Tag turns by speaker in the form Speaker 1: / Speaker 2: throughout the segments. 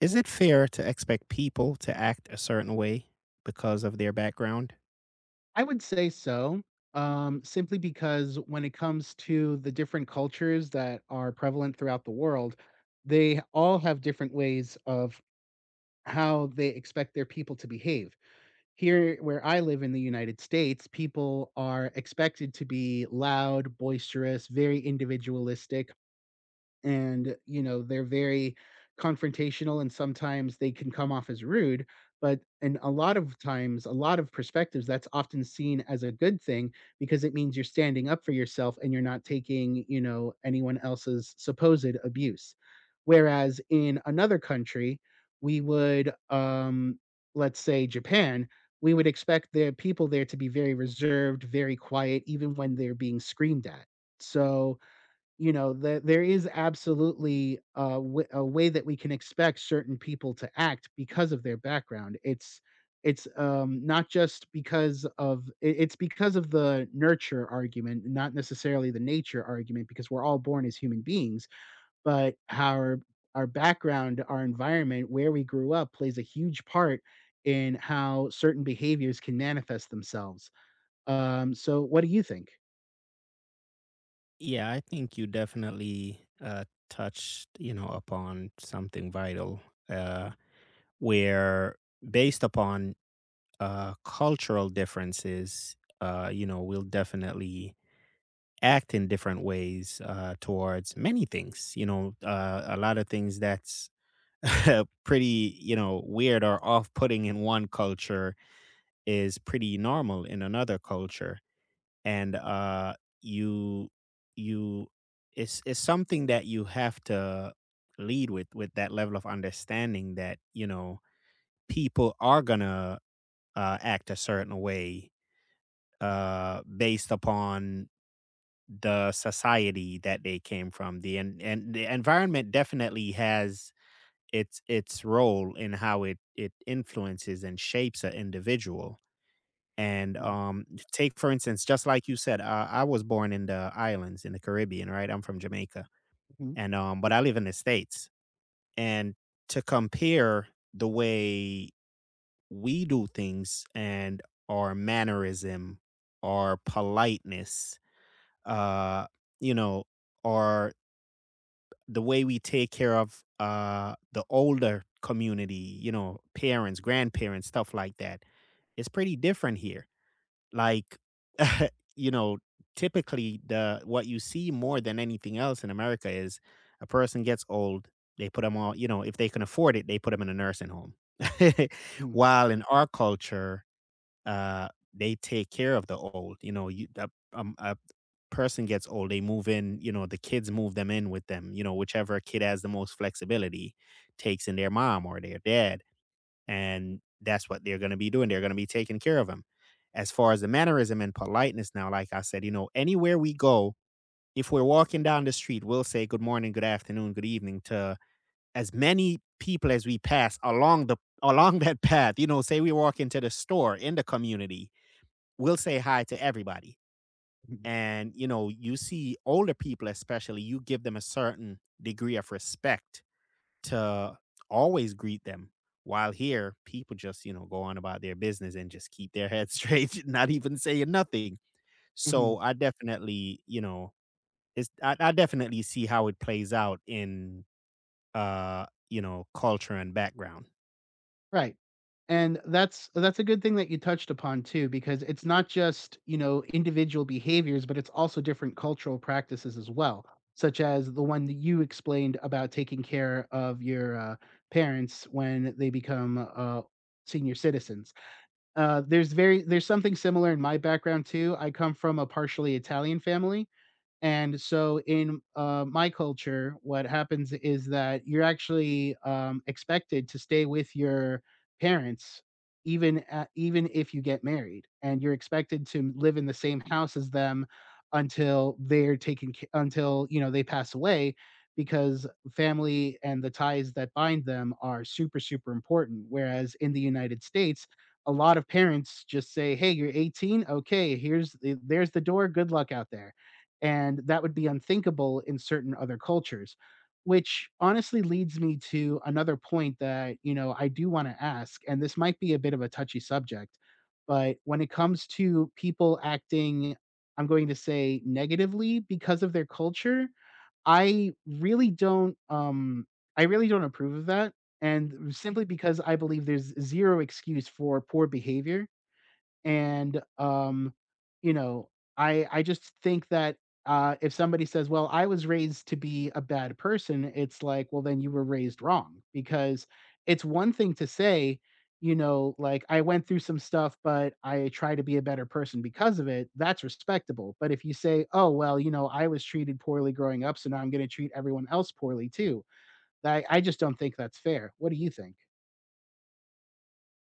Speaker 1: Is it fair to expect people to act a certain way because of their background?
Speaker 2: I would say so, simply because when it comes to the different cultures that are prevalent throughout the world, they all have different ways of how they expect their people to behave. Here, where I live in the United States, people are expected to be loud, boisterous, very individualistic, and they're very confrontational, and sometimes they can come off as rude, but in a lot of times, a lot of perspectives, that's often seen as a good thing because it means you're standing up for yourself and you're not taking anyone else's supposed abuse, whereas in another country, we would let's say Japan, we would expect the people there to be very reserved, very quiet, even when they're being screamed at. So, there is absolutely a way that we can expect certain people to act because of their background. It's not just because of it, it's because of the nurture argument, not necessarily the nature argument, because we're all born as human beings, but our background, our environment, where we grew up plays a huge part in how certain behaviors can manifest themselves. So what do you think?
Speaker 1: Yeah, I think you definitely touched, you know, upon something vital uh, where based upon cultural differences, you know, we'll definitely act in different ways towards many things. You know, a lot of things that's pretty, you know, weird or off-putting in one culture is pretty normal in another culture, and you you it's something that you have to lead with that level of understanding that, you know, people are gonna act a certain way based upon the society that they came from the and the environment definitely has its role in how it influences and shapes an individual and,
Speaker 2: Mhm,
Speaker 1: take for instance, just like you said, I was born in the islands in the Caribbean, right? I'm from Jamaica,
Speaker 2: mhm,
Speaker 1: and, but I live in the States. And to compare the way we do things and our mannerism, our politeness, uh, you know, or the way we take care of, the older community, you know, parents, grandparents, stuff like that, it's pretty different here. Like, you know, typically the what you see more than anything else in America is a person gets old, they put them all, you know, if they can afford it, they put them in a nursing home.
Speaker 2: mhm,
Speaker 1: While in our culture, they take care of the old, you know, you a person gets old, they move in, you know, the kids move them in with them, you know, whichever kid has the most flexibility takes in their mom or their dad, and that's what they're going to be doing. They're going to be taking care of him. As far as the mannerism and politeness now, like I said, you know, anywhere we go, if we're walking down the street, we'll say good morning, good afternoon, good evening to as many people as we pass along the along that path. You know, say we walk into the store in the community, we'll say hi to everybody.
Speaker 2: mhm,
Speaker 1: And you know, you see older people especially, you give them a certain degree of respect to always greet them. While here, people just, you know, go on about their business and just keep their head straight, not even saying nothing.
Speaker 2: mhm.
Speaker 1: So I definitely, you know, it's I definitely see how it plays out in you know, culture and background.
Speaker 2: Right. And that's a good thing that you touched upon too, because it's not just, you know, individual behaviors, but it's also different cultural practices as well, such as the one that you explained about taking care of your parents when they become senior citizens. There's something similar in my background too. I come from a partially Italian family, and so in, my culture, what happens is that you're actually, expected to stay with your parents, even if you get married, and you're expected to live in the same house as them until they're taken ca until, you know, they pass away, because family and the ties that bind them are super, super important, whereas in the United States, a lot of parents just say, "Hey, you're 18? Okay, here's the there's the door, good luck out there." And that would be unthinkable in certain other cultures, which honestly leads me to another point that, you know, I do want to ask, and this might be a bit of a touchy subject. But when it comes to people acting, I'm going to say negatively because of their culture, I really don't I really don't approve of that, and simply because I believe there's zero excuse for poor behavior. And, you know, I just think that, if somebody says, "Well, I was raised to be a bad person," it's like, "Well, then you were raised wrong." Because it's one thing to say, you know, like, "I went through some stuff, but I try to be a better person because of it," that's respectable. But if you say, "Oh, well, you know, I was treated poorly growing up, so now I'm gonna treat everyone else poorly too," I just don't think that's fair. What do you think?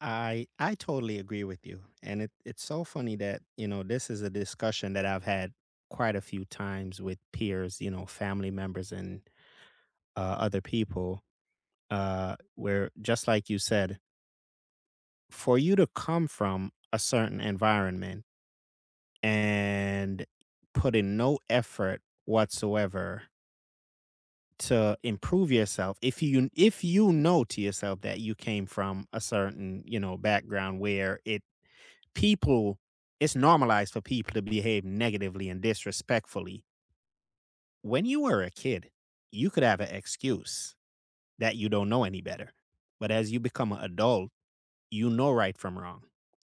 Speaker 1: I totally agree with you. And it's so funny that, you know, this is a discussion that I've had quite a few times with peers, you know, family members and other people, where just like you said, for you to come from a certain environment and put in no effort whatsoever to improve yourself if you know to yourself that you came from a certain, you know, background where it people it's normalized for people to behave negatively and disrespectfully. When you were a kid, you could have an excuse that you don't know any better, but as you become an adult, you know right from wrong.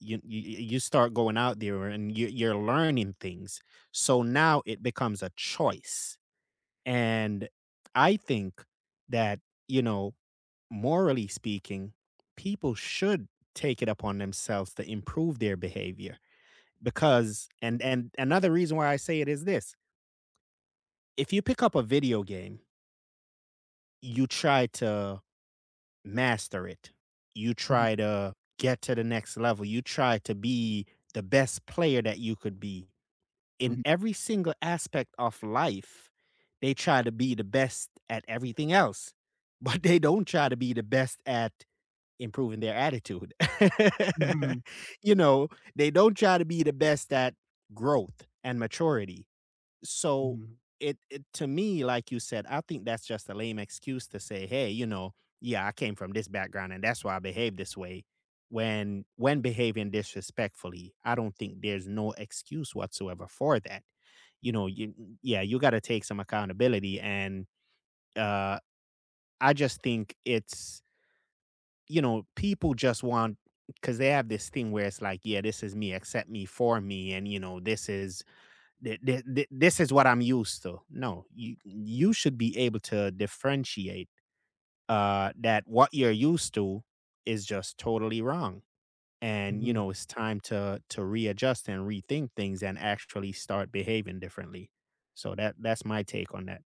Speaker 1: You start going out there and you're learning things. So now it becomes a choice. And I think that, you know, morally speaking, people should take it upon themselves to improve their behavior because, and another reason why I say it is this. If you pick up a video game, you try to master it. You
Speaker 2: Mhm,
Speaker 1: try to get to the next level. You try to be the best player that you could be. In
Speaker 2: mhm,
Speaker 1: every single aspect of life, they try to be the best at everything else, but they don't try to be the best at improving their attitude.
Speaker 2: mhm,
Speaker 1: You know, they don't try to be the best at growth and maturity. So
Speaker 2: mhm,
Speaker 1: it to me, like you said, I think that's just a lame excuse to say, "Hey, you know, yeah, I came from this background and that's why I behave this way." When behaving disrespectfully, I don't think there's no excuse whatsoever for that. You know, you yeah, you got to take some accountability, and uh, I just think it's, you know, people just want, because they have this thing where it's like, yeah, this is me, accept me for me, and you know, this is this is what I'm used to. No, you should be able to differentiate that what you're used to is just totally wrong, and you
Speaker 2: mhm.
Speaker 1: know it's time to readjust and rethink things and actually start behaving differently. So that's my take on that.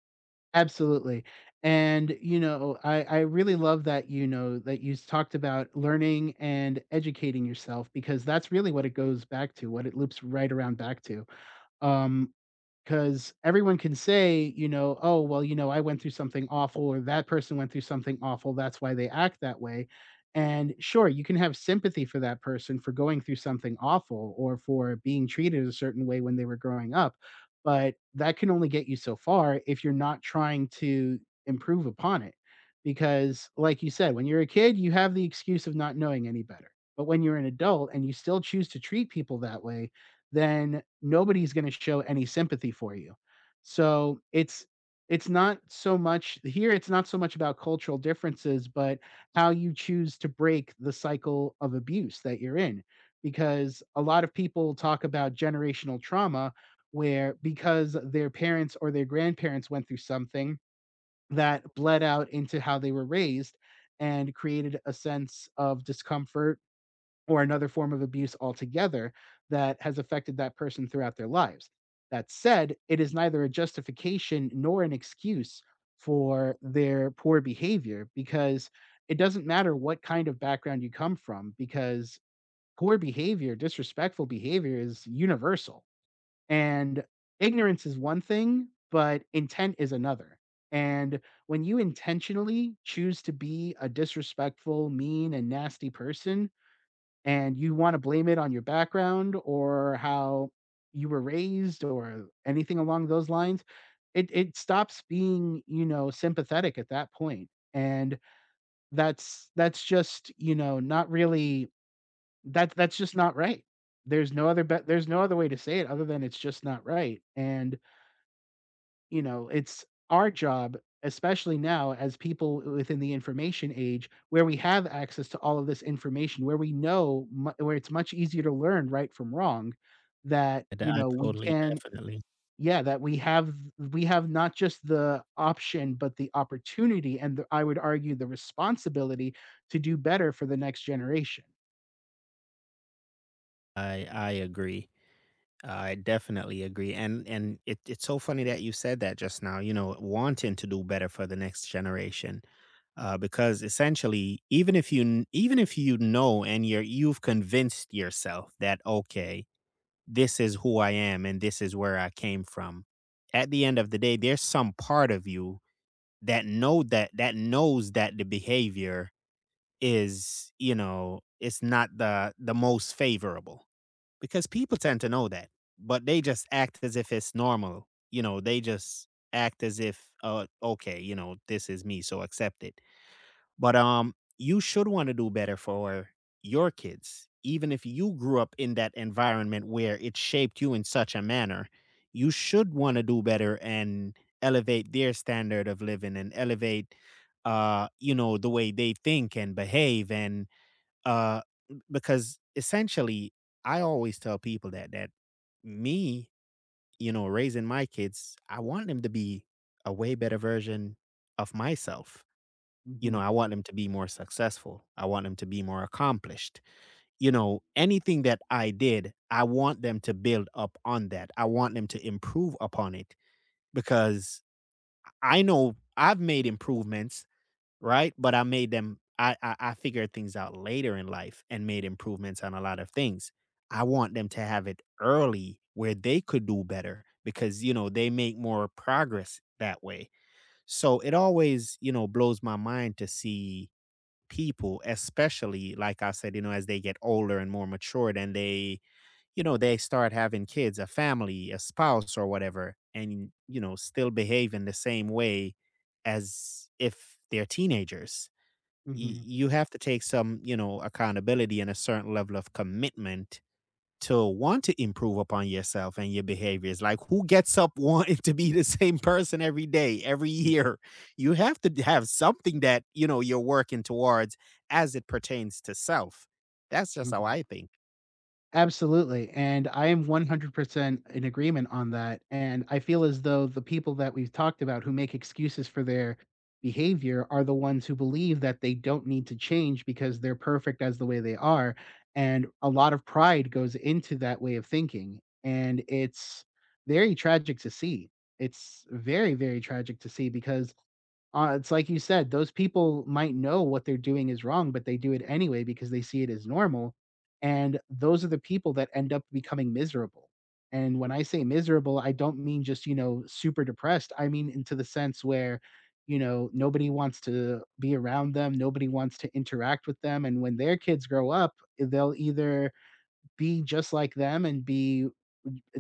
Speaker 2: Absolutely, and, you know, I really love that, you know, that you talked about learning and educating yourself, because that's really what it goes back to, what it loops right around back to. Um, Because everyone can say, you know, "Oh, well, you know, I went through something awful," or, "That person went through something awful, that's why they act that way." And sure, you can have sympathy for that person for going through something awful or for being treated a certain way when they were growing up, but that can only get you so far if you're not trying to improve upon it. Because, like you said, when you're a kid, you have the excuse of not knowing any better, but when you're an adult and you still choose to treat people that way, then nobody's going to show any sympathy for you. So it's not so much, here it's not so much about cultural differences, but how you choose to break the cycle of abuse that you're in, because a lot of people talk about generational trauma, where because their parents or their grandparents went through something that bled out into how they were raised and created a sense of discomfort or another form of abuse altogether that has affected that person throughout their lives. That said, it is neither a justification nor an excuse for their poor behavior, because it doesn't matter what kind of background you come from, because poor behavior, disrespectful behavior is universal. And ignorance is one thing, but intent is another. And when you intentionally choose to be a disrespectful, mean, and nasty person, and you want to blame it on your background or how you were raised or anything along those lines, it stops being, you know, sympathetic at that point. And that's just, you know, not really, that's just not right. There's no other way to say it other than it's just not right. And you know, it's our job, especially now as people within the information age where we have access to all of this information, where we know mu where it's much easier to learn right from wrong, that,
Speaker 1: And
Speaker 2: you
Speaker 1: I
Speaker 2: know, we
Speaker 1: totally,
Speaker 2: can,
Speaker 1: definitely,
Speaker 2: yeah, that we have, not just the option, but the opportunity and the, I would argue, the responsibility to do better for the next generation.
Speaker 1: I agree. I definitely agree, and it's so funny that you said that just now. You know, wanting to do better for the next generation, because essentially, even if you even if you know and you've convinced yourself that okay, this is who I am and this is where I came from, at the end of the day, there's some part of you that know that that knows that the behavior is, you know, it's not the most favorable, because people tend to know that, but they just act as if it's normal. You know, they just act as if, okay, you know, this is me, so accept it. But you should want to do better for your kids. Even if you grew up in that environment where it shaped you in such a manner, you should want to do better and elevate their standard of living and elevate you know the way they think and behave and uh, because essentially, I always tell people that me, you know, raising my kids, I want them to be a way better version of myself. You know,
Speaker 2: Mhm.
Speaker 1: I want them to be more successful. I want them to be more accomplished. You know, anything that I did, I want them to build up on that. I want them to improve upon it, because I know I've made improvements. Right? But I made them, I figured things out later in life and made improvements on a lot of things. I want them to have it early where they could do better because, you know, they make more progress that way. So it always, you know, blows my mind to see people, especially like I said, you know, as they get older and more matured and they, you know, they start having kids, a family, a spouse or whatever, and, you know, still behave in the same way as if they're teenagers.
Speaker 2: Mhm.
Speaker 1: You have to take some, you know, accountability and a certain level of commitment to want to improve upon yourself and your behaviors. Like, who gets up wanting to be the same person every day, every
Speaker 2: Mm.
Speaker 1: year? You have to have something that, you know, you're working towards as it pertains to self. That's just how
Speaker 2: Mhm.
Speaker 1: I think.
Speaker 2: Absolutely, and I am 100% in agreement on that, and I feel as though the people that we've talked about who make excuses for their behavior are the ones who believe that they don't need to change because they're perfect as the way they are, and a lot of pride goes into that way of thinking, and it's very tragic to see. It's very, very tragic to see because, it's like you said, those people might know what they're doing is wrong, but they do it anyway because they see it as normal. And those are the people that end up becoming miserable. And when I say miserable, I don't mean just, you know, super depressed. I mean into the sense where, you know, nobody wants to be around them, nobody wants to interact with them. And when their kids grow up, they'll either be just like them and be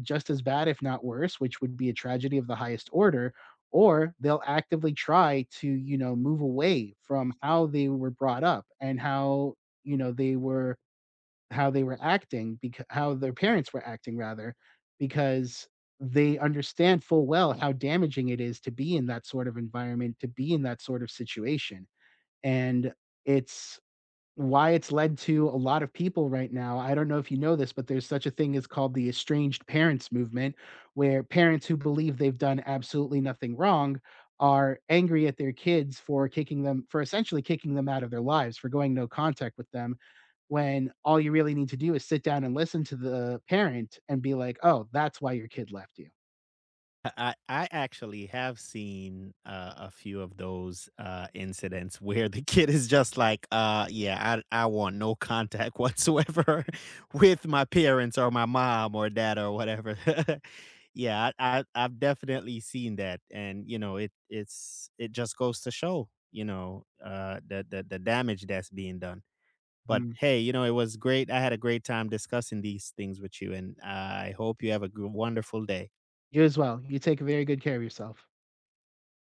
Speaker 2: just as bad, if not worse, which would be a tragedy of the highest order, or they'll actively try to, you know, move away from how they were brought up and how, you know, they were how they were acting, because how their parents were acting rather, because they understand full well how damaging it is to be in that sort of environment, to be in that sort of situation. And it's why it's led to a lot of people right now. I don't know if you know this, but there's such a thing as called the estranged parents movement, where parents who believe they've done absolutely nothing wrong are angry at their kids for essentially kicking them out of their lives, for going no contact with them, when all you really need to do is sit down and listen to the parent and be like, "Oh, that's why your kid left you.
Speaker 1: I actually have seen, a few of those, incidents where the kid is just like, yeah, I want no contact whatsoever with my parents or my mom or dad or whatever." Yeah, I've definitely seen that, and, you know, it's it just goes to show, you know, the the damage that's being done. But,
Speaker 2: Mhm.
Speaker 1: hey, you know, it was great. I had a great time discussing these things with you, and I hope you have a goo wonderful day.
Speaker 2: You as well. You take very good care of yourself."